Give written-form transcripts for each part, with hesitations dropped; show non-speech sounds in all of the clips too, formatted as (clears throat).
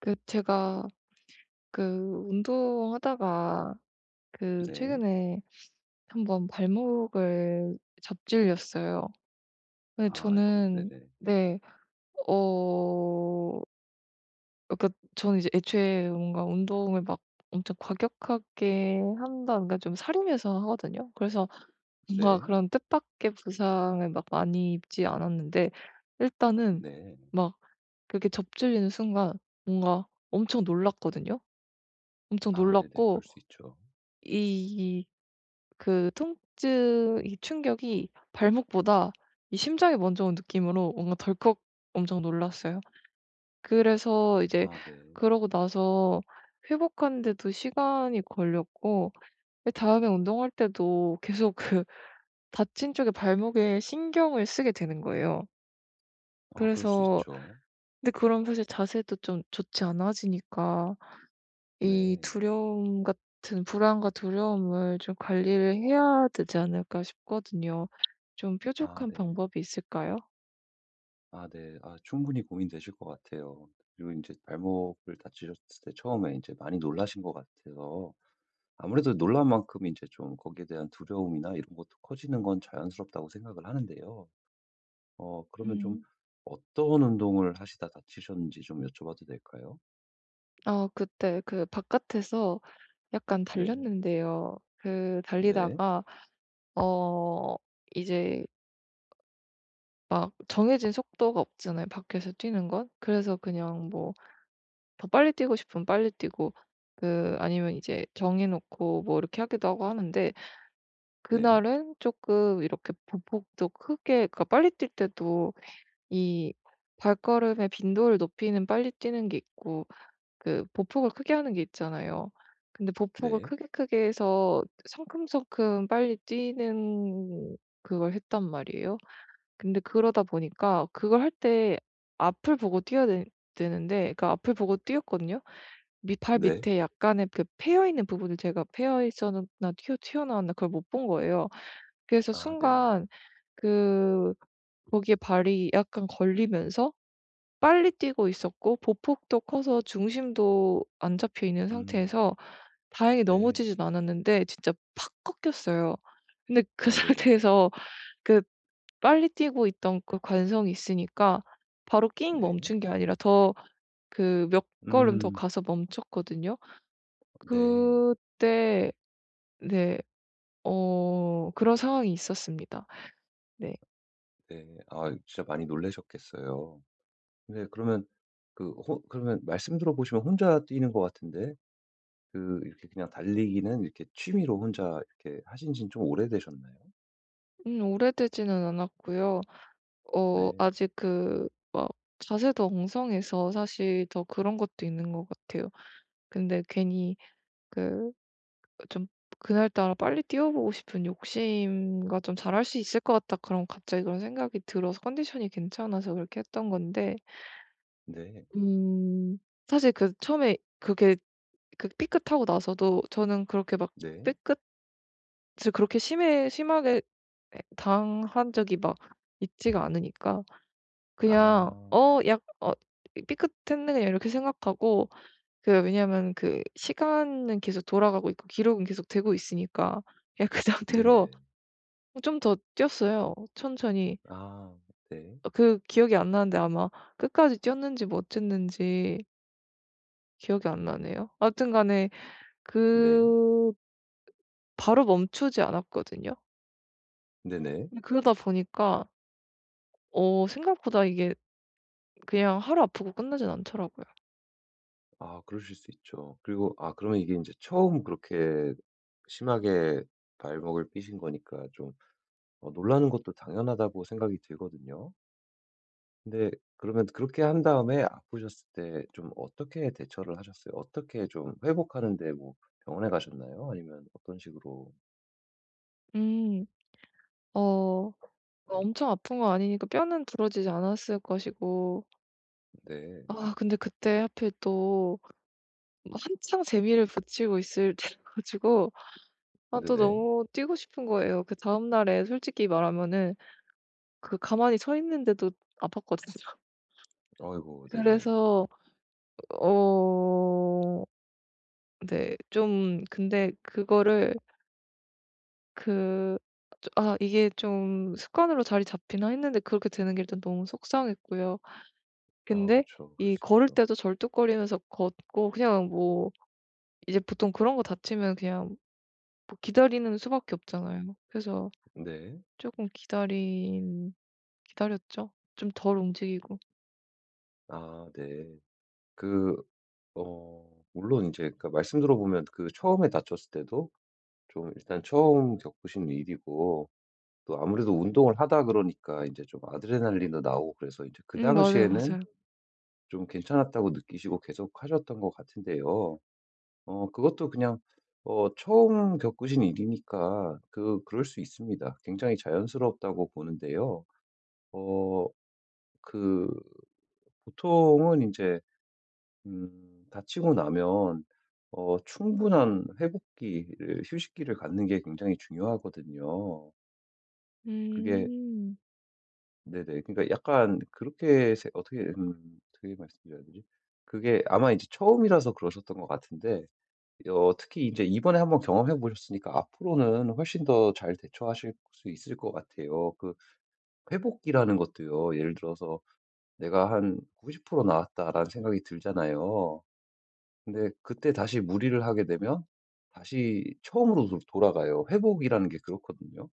제가 그 운동하다가 네. 최근에 한번 발목을 접질렸어요. 근데 아이고 저는, 네네. 네, 어 그러니까 저는 이제 애초에 뭔가 운동을 막 엄청 과격하게 한다 그러니까 좀 살이면서 하거든요. 그래서 뭔가 네. 그런 뜻밖의 부상을 막 많이 입지 않았는데 일단은 네. 막 그렇게 접질리는 순간 뭔가 엄청 놀랐거든요. 엄청 아 네네. 그럴 놀랐고 수 있죠. 이 통증 이 충격이 발목보다 이 심장이 먼저 온 느낌으로 뭔가 덜컥 엄청 놀랐어요. 그래서 이제 아 네. 그러고 나서 회복하는 데도 시간이 걸렸고 그 다음에 운동할 때도 계속 그 (laughs) 다친 쪽에 발목에 신경을 쓰게 되는 거예요. 아 그럴 수 그래서 있죠. 근데 그럼 사실 자세도 좀 좋지 않아지니까 이 네. 두려움 같은 불안과 두려움을 좀 관리를 해야 되지 않을까 싶거든요. 좀 아 뾰족한 네. 방법이 있을까요? 아 네. 아 충분히 고민되실 것 같아요. 그리고 이제 발목을 다치셨을 때 처음에 이제 많이 놀라신 것 같아서 아무래도 놀란 만큼 이제 좀 거기에 대한 두려움이나 이런 것도 커지는 건 자연스럽다고 생각을 하는데요. 그러면 좀 음. 어떤 운동을 하시다 다치셨는지 좀 여쭤봐도 될까요? 그때 바깥에서 약간 네. 달렸는데요. 네. 달리다가 어 이제 막 정해진 속도가 없잖아요, 밖에서 뛰는 건. 그래서 그냥 뭐 더 빨리 뛰고 싶으면 빨리 뛰고 아니면 이제 정해 놓고 뭐 이렇게 하기도 하고 하는데 네. 그날은 조금 이렇게 보폭도 크게 그러니까 빨리 뛸 때도 이 발걸음의 빈도를 높이는 빨리 뛰는 게 있고 그 보폭을 크게 하는 게 있잖아요. 근데 보폭을 네. 크게 크게 해서 성큼성큼 빨리 뛰는 그걸 했단 말이에요. 근데 그러다 보니까 그걸 할 때 앞을 보고 뛰어야 되 되는데 그러니까 앞을 보고 뛰었거든요. 밑 발 네. 밑에 약간의 그 패여 있는 부분을 제가 패여 있었나 튀어나왔나 그걸 못 본 거예요. 그래서 아 네. 순간 그 거기에 발이 약간 걸리면서 빨리 뛰고 있었고 보폭도 커서 중심도 안 잡혀 있는 음. 상태에서 다행히 네. 넘어지진 않았는데 진짜 팍 꺾였어요. 근데 그 아 (laughs) 네네네. 상태에서 그 빨리 뛰고 있던 그 관성이 있으니까 바로 낑 네. 멈춘 게 아니라 더 몇 걸음 더 음. 가서 멈췄거든요. 네. 그때. 네. 그런 상황이 있었습니다. 네. 네. 아 진짜 많이 놀라셨겠어요. 네. 그러면 그 호 그러면 말씀 들어보시면 혼자 뛰는 것 같은데 그 이렇게 그냥 달리기는 이렇게 취미로 혼자 이렇게 하신 지는 좀 오래되셨나요? 오래되지는 않았고요. 네. 아직 막 자세도 엉성해서 사실 더 그런 것도 있는 것 같아요. 근데 괜히 그 좀 그날따라 빨리 뛰어보고 싶은 욕심과 좀 '잘할 수 있을 것 같다.' 그런 갑자기 그런 생각이 들어서 컨디션이 괜찮아서 그렇게 했던 건데 네. 음 사실 처음에 그게 삐끗하고 나서도 저는 그렇게 막 네. 삐끗을 그렇게 심해 심하게 예 당한 적이 막 있지가 않으니까 그냥 아 네. 약 삐끗했네 그냥 이렇게 생각하고 왜냐하면 시간은 계속 돌아가고 있고 기록은 계속 되고 있으니까 그냥 (laughs) 그 상태로 네네. 좀 더 뛰었어요 천천히. 아 네. 기억이 안 나는데 아마 끝까지 뛰었는지 뭐 어쨌는지 기억이 안 나네요. 아무튼 간에 네. 그 바로 멈추지 않았거든요. 네네. 근데 그러다 보니까 생각보다 이게 그냥 하루 아프고 끝나진 않더라고요. 아 그러실 수 있죠. 그리고 아 그러면 이게 이제 처음 그렇게 심하게 발목을 삐신 거니까 좀 놀라는 것도 당연하다고 생각이 들거든요. 근데 그러면 그렇게 한 다음에 아프셨을 때 좀 어떻게 대처를 하셨어요? 어떻게 좀 회복하는 데 뭐 병원에 가셨나요? 아니면 어떤 식으로. 음. 어. 엄청 아픈 거 아니니까 뼈는 부러지지 않았을 것이고 네. 아 근데 그때 하필 또 한창 재미를 붙이고 있을 (laughs) 때 가지고 아 또 네네. 너무 뛰고 싶은 거예요. 그다음 날에 솔직히 말하면은 가만히 서 있는데도 아팠거든요. (laughs) 아이고 네네. 그래서 어 네, 좀 근데 그거를 그 '아 이게 좀 습관으로 자리 잡히나.' 했는데 그렇게 되는 게 일단 너무 속상했고요. 아 근데 그쵸. 그럴 이 수 걸을 있죠. 때도 절뚝거리면서 걷고 그냥 뭐 이제 보통 그런 거 다치면 그냥 뭐 기다리는 수밖에 없잖아요. 그래서 네. 조금 기다린 기다렸죠. 좀 덜 움직이고. 아 네. 그 물론 이제 그 말씀 들어보면 그 처음에 다쳤을 때도 좀 일단 처음 겪으신 일이고 또 아무래도 운동을 하다 그러니까 이제 좀 아드레날린도 나오고 그래서 이제 그 맞아요, 당시에는 맞아요. 좀 괜찮았다고 느끼시고 계속 하셨던 것 같은데요. 그것도 그냥 처음 겪으신 일이니까 그럴 수 있습니다. 굉장히 자연스럽다고 보는데요. 어 그 보통은 이제 다치고 나면 충분한 회복기를 휴식기를 갖는 게 굉장히 중요하거든요. 그게 음. 네네. 그러니까 약간 그렇게 세 어떻게 어떻게 말씀드려야 되지? 그게 아마 이제 처음이라서 그러셨던 것 같은데 특히 이제 이번에 한번 경험해 보셨으니까 앞으로는 훨씬 더 잘 대처하실 수 있을 것 같아요. 그 회복기라는 것도요. 예를 들어서 '내가 한 90% 나왔다.'라는 생각이 들잖아요. 근데 그때 다시 무리를 하게 되면 다시 처음으로 돌 돌아가요. 회복이라는 게 그렇거든요.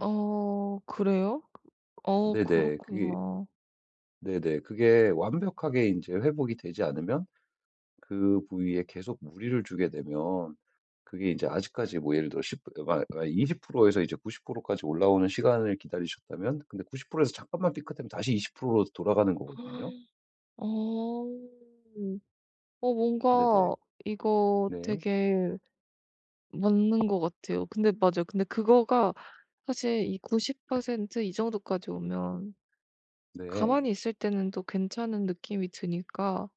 어 그래요? 어 네네. 그게 그렇구나. 네네. 그게 완벽하게 이제 회복이 되지 않으면 그 부위에 계속 무리를 주게 되면 그게 이제 아직까지 뭐 예를 들어 20%에서 이제 90%까지 올라오는 시간을 기다리셨다면 근데 90%에서 잠깐만 삐끗하면 다시 20%로 돌아가는 거거든요. (gasps) 어. 네네. 뭔가 이거 네. 되게 맞는 것 같아요. 근데 맞아요. 근데 그거가 사실 이 90%이 정도까지 오면 네. 가만히 있을 때는 또 괜찮은 느낌이 드니까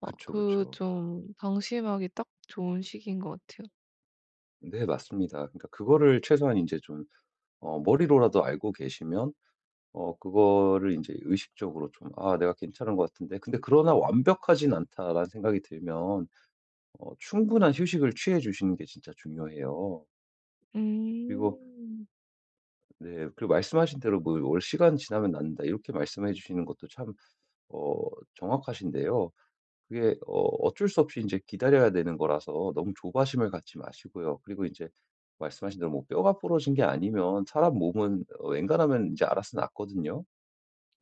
그쵸, 그쵸. 좀 방심하기 딱 좋은 시기인 것 같아요. 네, 맞습니다. 그러니까 그거를 최소한 이제 좀 머리로라도 알고 계시면 그거를 이제 의식적으로 좀 아, 내가 괜찮은 것 같은데 근데 그러나 완벽하진 않다라는 생각이 들면 충분한 휴식을 취해 주시는 게 진짜 중요해요. 그리고 음. 네. 그리고 말씀하신 대로 뭐 "월 시간 지나면 낫는다." 이렇게 말씀해 주시는 것도 참 어 정확하신데요. 그게 어쩔 수 없이 이제 기다려야 되는 거라서 너무 조바심을 갖지 마시고요. 그리고 이제 말씀하신 대로 뭐 뼈가 부러진 게 아니면 사람 몸은 웬간하면 이제 알아서 낫거든요.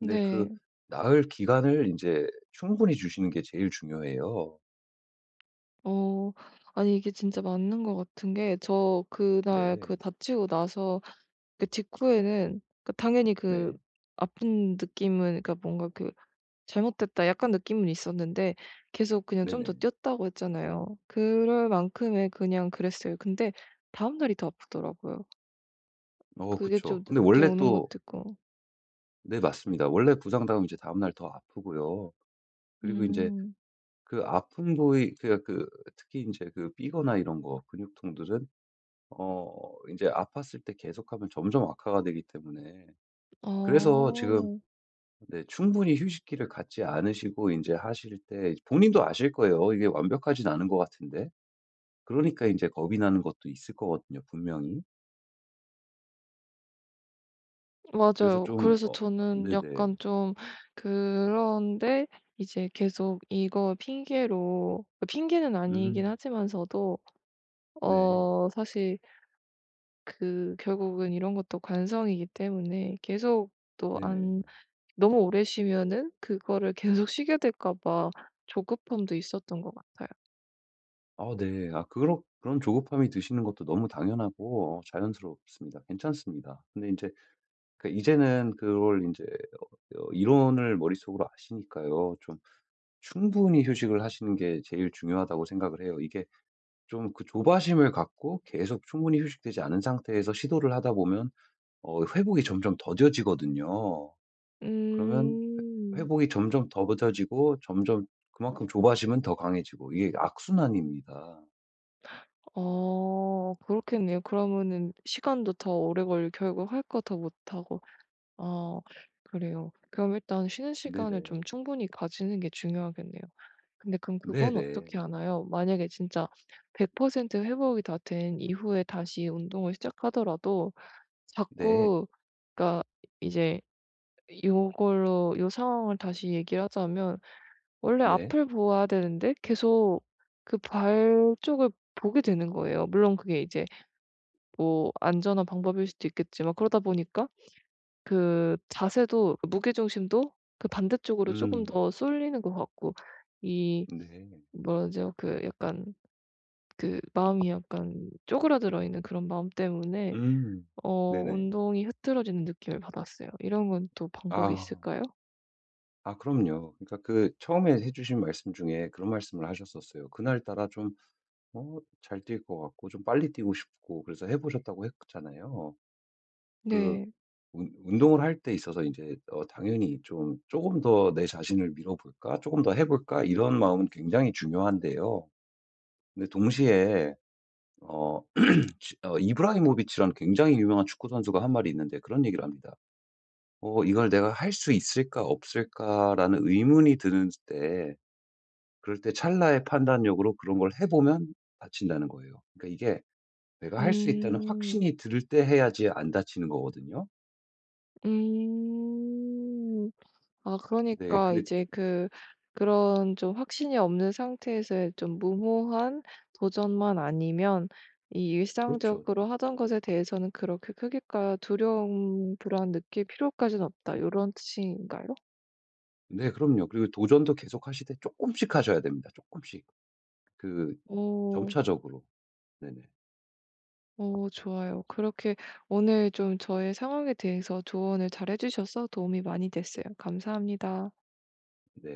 근데 그 나을 기간을 이제 충분히 주시는 게 제일 중요해요. 어 아니 이게 진짜 맞는 것 같은 게 저 그날 네. 다치고 나서 직후에는 당연히 네. 아픈 느낌은 그러니까 뭔가 '잘못됐다.' 약간 느낌은 있었는데 계속 그냥 좀 더 네네. 뛰었다고 했잖아요. 그럴 만큼의 그냥 그랬어요. 근데 다음날이 더 아프더라고요. 그게 그쵸. 좀 근데 늦게 원래 오는 것도 또 있고. 네 맞습니다. 원래 부상당하면 이제 다음날 더 아프고요. 그리고 이제 음. 그 아픈 부위 그러니까 그 특히 이제 그 삐거나 이런 거 근육통들은 이제 아팠을 때 계속하면 점점 악화가 되기 때문에 그래서 지금 어. 네 충분히 휴식기를 갖지 않으시고 이제 하실 때 본인도 아실 거예요. 이게 완벽하진 않은 것 같은데. 그러니까 이제 겁이 나는 것도 있을 거거든요, 분명히. 그래서 맞아요. 좀 그래서 저는 네네. 약간 좀. 그런데 이제 계속 이거 핑계로 핑계는 아니긴 음. 하지만서도 네. 사실 결국은 이런 것도 관성이기 때문에 계속 또 네네. 안 너무 오래 쉬면은 그거를 계속 쉬게 될까 봐 조급함도 있었던 것 같아요. 아 네. 아 그런 조급함이 드시는 것도 너무 당연하고 자연스럽습니다. 괜찮습니다. 근데 이제 그 이제는 그걸 인제 이론을 머릿속으로 아시니까요. 좀 충분히 휴식을 하시는 게 제일 중요하다고 생각을 해요. 이게 좀 그 조바심을 갖고 계속 충분히 휴식되지 않은 상태에서 시도를 하다 보면 회복이 점점 더뎌지거든요. 그러면 회 음. 회복이 점점 더뎌지고 점점 그만큼 조바심은 더 강해지고 이게 악순환입니다. 그렇겠네요. 그러면은 시간도 더 오래 걸리고 결국 할 거 더 못하고. 아 그래요. 그럼 일단 쉬는 시간을 좀 네네. 충분히 가지는 게 중요하겠네요. 근데 그럼 그건 네네. 어떻게 하나요? 만약에 진짜 100% 회복이 다 된 이후에 다시 운동을 시작하더라도 네. 자꾸 그러니까 이제 요걸로 요 상황을 다시 얘기를 하자면 원래 네. 앞을 보아야 되는데 계속 그 발 쪽을 보게 되는 거예요. 물론 그게 이제 뭐 안전한 방법일 수도 있겠지만 그러다 보니까 자세도 무게중심도 반대쪽으로 조금 음. 더 쏠리는 것 같고 이 네. 뭐라 그러죠? 약간 마음이 약간 쪼그라들어 있는 그런 마음 때문에 음. 어 네네. 운동이 흐트러지는 느낌을 받았어요. 이런 건 또 방법이 아. 있을까요? 아 그럼요. 그러니까 그 처음에 해 주신 말씀 중에 그런 말씀을 하셨었어요. 그날따라 좀 잘 뛸 것 같고 좀 빨리 뛰고 싶고 그래서 해 보셨다고 했잖아요. 그 네. 운 운동을 할 때 있어서 이제 당연히 좀 조금 더 내 자신을 밀어볼까? 조금 더 해 볼까?' 이런 마음은 굉장히 중요한데요. 근데 동시에 어 (clears throat) 지 어 이브라이모비치라는 굉장히 유명한 축구 선수가 한 말이 있는데 그런 얘기를 합니다. 이걸 내가 할 수 있을까 없을까?"라는 의문이 드는 때 그럴 때 찰나의 판단력으로 그런 걸 해 보면 다친다는 거예요. 그러니까 이게 내가 할 수 있다는 음. 확신이 들 때 해야지 안 다치는 거거든요. 음. 아 네. 그러니까 근데 이제 그런 좀 확신이 없는 상태에서의 좀 무모한 도전만 아니면 이 그렇죠. 일상적으로 하던 것에 대해서는 그렇게 크게까 두려움, 불안 느낄 필요까지는 없다. 요런 뜻인가요? 네 그럼요. 그리고 도전도 계속하시되 조금씩 하셔야 됩니다. 조금씩 그 오, 점차적으로. 네네. 오 좋아요. 그렇게 오늘 좀 저의 상황에 대해서 조언을 잘해 주셔서 도움이 많이 됐어요. 감사합니다. 네.